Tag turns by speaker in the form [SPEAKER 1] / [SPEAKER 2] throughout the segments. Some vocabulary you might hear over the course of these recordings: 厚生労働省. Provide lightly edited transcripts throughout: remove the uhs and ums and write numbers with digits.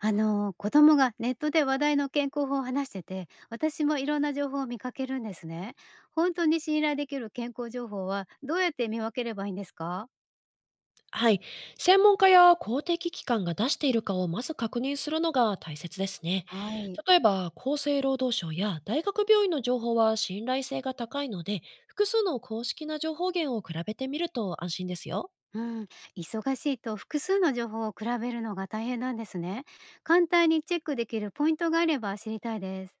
[SPEAKER 1] 子供がネットで話題の健康法を話してて、私もいろんな情報を見かけるんですね。本当に信頼できる健康情報はどうやって見分ければいいんですか？
[SPEAKER 2] はい。専門家や公的機関が出しているかをまず確認するのが大切ですね。
[SPEAKER 1] はい。
[SPEAKER 2] 例えば、厚生労働省や大学病院の情報は信頼性が高いので、複数の公式な情報源を比べてみると安心ですよ。
[SPEAKER 1] うん、忙しいと複数の情報を比べるのが大変なんですね。簡単にチェックできるポイントがあれば知りたいです。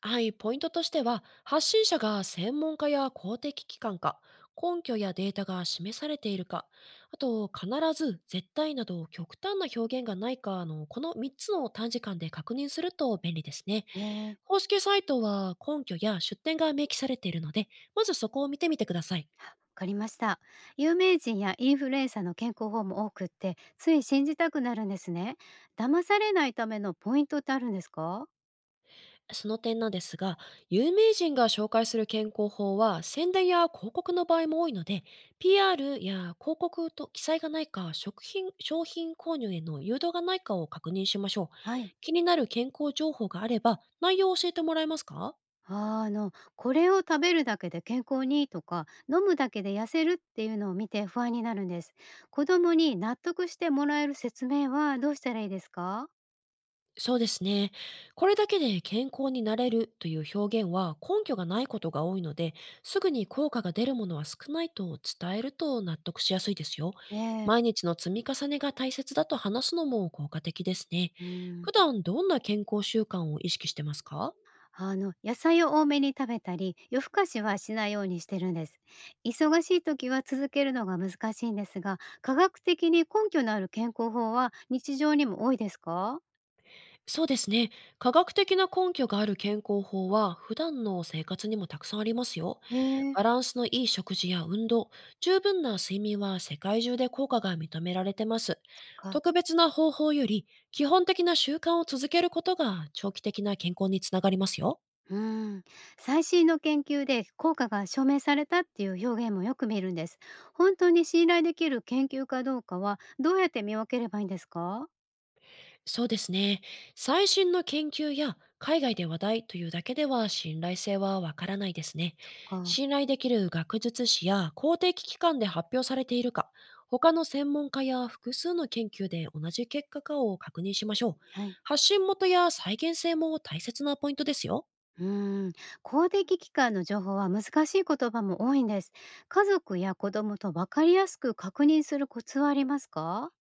[SPEAKER 2] はい。ポイントとしては、発信者が専門家や公的機関か、根拠やデータが示されているか、あと、必ず、絶対など極端な表現がないかの、この3つの短時間で確認すると便利ですね。
[SPEAKER 1] わ
[SPEAKER 2] 公式サイトは根拠や出典が明記されているので、まずそこを見てみてください。
[SPEAKER 1] かりました。有名人やインフルエンサーの健康法も多くって、つい信じたくなるんですね。騙されないためのポイントってあるんですか？
[SPEAKER 2] その点なんですが、有名人が紹介する健康法は宣伝や広告の場合も多いので、PR や広告と記載がないか、食品、商品購入への誘導がないかを確認しましょう。
[SPEAKER 1] はい。
[SPEAKER 2] 気になる健康情報があれば、内容を教えてもらえますか？
[SPEAKER 1] これを食べるだけで健康にいいとか、飲むだけで痩せるっていうのを見て不安になるんです。子供に納得してもらえる説明はどうしたらいいですか？
[SPEAKER 2] そうですね。これだけで健康になれるという表現は根拠がないことが多いので、すぐに効果が出るものは少ないと伝えると納得しやすいですよ。
[SPEAKER 1] え
[SPEAKER 2] 毎
[SPEAKER 1] え。
[SPEAKER 2] 日の積み重ねが大切だと話すのも効果的ですね。
[SPEAKER 1] うん。
[SPEAKER 2] 普段どんな健康習慣を意識してますか？
[SPEAKER 1] 野菜を多めに食べたり、夜更かしはしないようにしてるんです。忙しい時は続けるのが難しいんですが、科学的に根拠のある健康法は日常にも多いですか？
[SPEAKER 2] そうですね。科学的な根拠がある健康法は普段の生活にもたくさんありますよ。
[SPEAKER 1] え
[SPEAKER 2] バ
[SPEAKER 1] え。
[SPEAKER 2] ランスのいい食事や運動、十分な睡眠は世界中で効果が認められてます。
[SPEAKER 1] そっか。
[SPEAKER 2] 特別な方法より基本的な習慣を続けることが長期的な健康につながりますよ。
[SPEAKER 1] うん、最新の研究で効果が証明されたっていう表現もよく見るんです。本当に信頼できる研究かどうかはどうやって見分ければいいんですか？
[SPEAKER 2] そうですね。最新の研究や海外で話題というだけでは信頼性はわからないですね。
[SPEAKER 1] そっか。
[SPEAKER 2] 信頼できる学術誌や公的機関で発表されているか、他の専門家や複数の研究で同じ結果かを確認しましょう。
[SPEAKER 1] はい。
[SPEAKER 2] 発信元や再現性も大切なポイントですよ。
[SPEAKER 1] うん、公的機関の情報は難しい言葉も多いんです。家族や子供と分かりやすく確認するコツはありますか？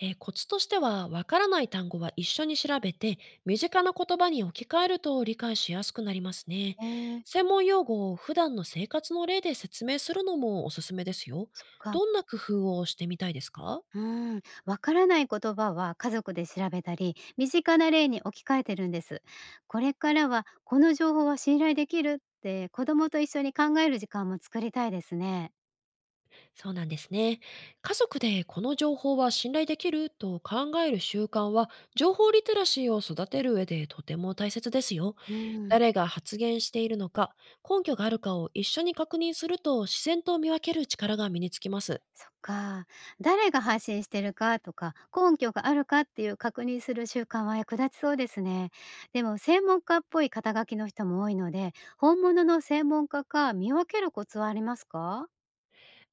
[SPEAKER 2] コツとしては、わからない単語は一緒に調べて、身近な言葉に置き換えると理解しやすくなりますね。
[SPEAKER 1] えー、
[SPEAKER 2] 専門用語を普段の生活の例で説明するのもおすすめですよ。
[SPEAKER 1] そっか。
[SPEAKER 2] どんな工夫をしてみたいですか？
[SPEAKER 1] うん、わからない言葉は家族で調べたり、身近な例に置き換えてるんです。これからは、この情報は信頼できるって子供と一緒に考える時間も作りたいですね。
[SPEAKER 2] そうなんですね。家族でこの情報は信頼できると考える習慣は、情報リテラシーを育てる上でとても大切ですよ。
[SPEAKER 1] うん。
[SPEAKER 2] 誰が発言しているのか、根拠があるかを一緒に確認すると自然と見分ける力が身につきます。
[SPEAKER 1] そっか。誰が発信してるかとか、根拠があるかっていう確認する習慣は役立ちそうですね。でも、専門家っぽい肩書きの人も多いので、本物の専門家か見分けるコツはありますか？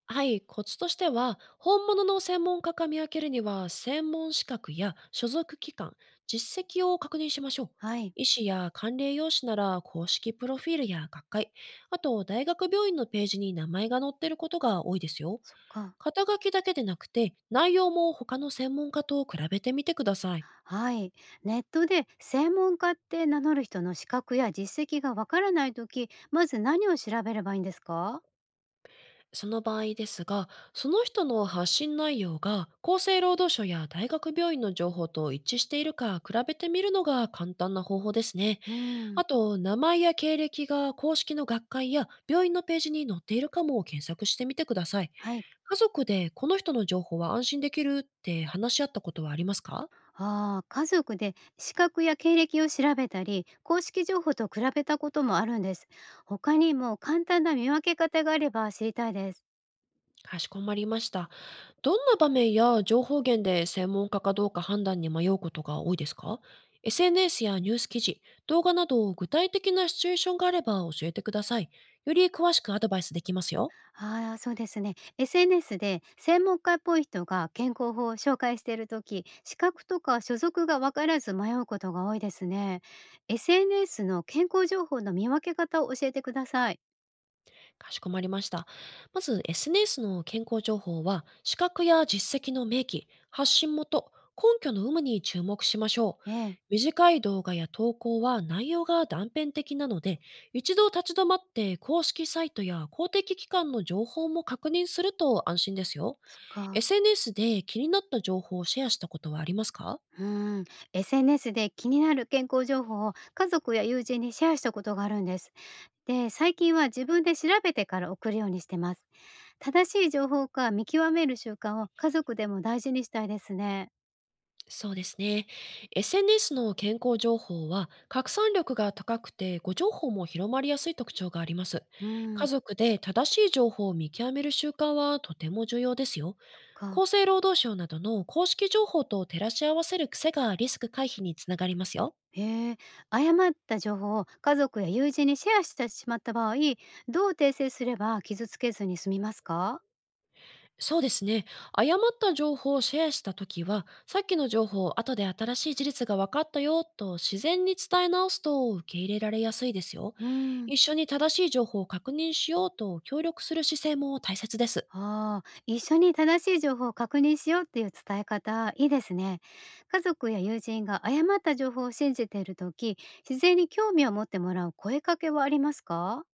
[SPEAKER 2] はい、コツとしては、本物の専門家か見分けるには、専門資格や所属機関、実績を確認しましょう。
[SPEAKER 1] はい。
[SPEAKER 2] 医師や管理栄養士なら公式プロフィールや学会、あと大学病院のページに名前が載っていることが多いですよ。
[SPEAKER 1] そっか。
[SPEAKER 2] 肩書きだけでなくて、内容も他の専門家と比べてみてください。
[SPEAKER 1] はい。ネットで専門家って名乗る人の資格や実績がわからないとき、まず何を調べればいいんですか？
[SPEAKER 2] その場合ですが、その人の発信内容が厚生労働省や大学病院の情報と一致しているか比べてみるのが簡単な方法ですね。
[SPEAKER 1] うん。
[SPEAKER 2] あと、名前や経歴が公式の学会や病院のページに載っているかもを検索してみてください。
[SPEAKER 1] はい。
[SPEAKER 2] 家族でこの人の情報は安心できるって話し合ったことはありますか？
[SPEAKER 1] ああ、家族で資格や経歴を調べたり、公式情報と比べたこともあるんです。他にも簡単な見分け方があれば知りたいです。
[SPEAKER 2] かしこまりました。どんな場面や情報源で専門家かどうか判断に迷うことが多いですか ?SNS やニュース記事、動画など具体的なシチュエーションがあれば教えてください。より詳しくアドバイスできますよ。
[SPEAKER 1] ああ、そうですね。SNS で専門家っぽい人が健康法を紹介しているとき、資格とか所属が分からず迷うことが多いですね。SNS の健康情報の見分け方を教えてください。
[SPEAKER 2] かしこまりました。まず SNS の健康情報は、資格や実績の明記、発信元、根拠の有無に注目しましょう。
[SPEAKER 1] ええ、
[SPEAKER 2] 短い動画や投稿は内容が断片的なので、一度立ち止まって公式サイトや公的機関の情報も確認すると安心ですよ。
[SPEAKER 1] そっか。
[SPEAKER 2] SNS で気になった情報をシェアしたことはありますか？
[SPEAKER 1] うん。SNS で気になる健康情報を家族や友人にシェアしたことがあるんです。で、最近は自分で調べてから送るようにしてます。正しい情報か見極める習慣を家族でも大事にしたいですね。
[SPEAKER 2] そうですね。SNS の健康情報は拡散力が高くて誤情報も広まりやすい特徴があります。
[SPEAKER 1] う
[SPEAKER 2] 家
[SPEAKER 1] ん。
[SPEAKER 2] 族で正しい情報を見極める習慣はとても重要ですよ。
[SPEAKER 1] か
[SPEAKER 2] 厚生労働省などの公式情報と照らし合わせる癖がリスク回避につながりますよ。
[SPEAKER 1] へえ、誤った情報を家族や友人にシェアしてしまった場合、どう訂正すれば傷つけずに済みますか？
[SPEAKER 2] そうですね。誤った情報をシェアしたときは、さっきの情報を後で新しい事実が分かったよと自然に伝え直すと受け入れられやすいですよ。
[SPEAKER 1] うん、
[SPEAKER 2] 一緒に正しい情報を確認しようと協力する姿勢も大切です。
[SPEAKER 1] ああ、一緒に正しい情報を確認しようっていう伝え方、いいですね。家族や友人が誤った情報を信じているとき、自然に興味を持ってもらう声かけはありますか？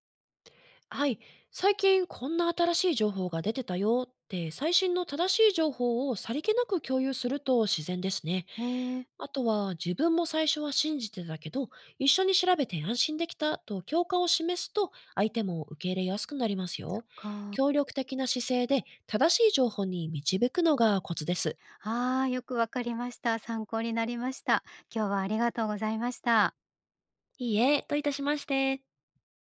[SPEAKER 2] はい。最近こんな新しい情報が出てたよって最新の正しい情報をさりげなく共有すると自然ですね。
[SPEAKER 1] へえ。
[SPEAKER 2] あとは、自分も最初は信じてたけど、一緒に調べて安心できたと共感を示すと、相手も受け入れやすくなりますよ。
[SPEAKER 1] か
[SPEAKER 2] 協力的な姿勢で正しい情報に導くのがコツです。
[SPEAKER 1] ああ、よくわかりました。参考になりました。今日はありがとうございました。
[SPEAKER 2] いいえ、どういたしまして。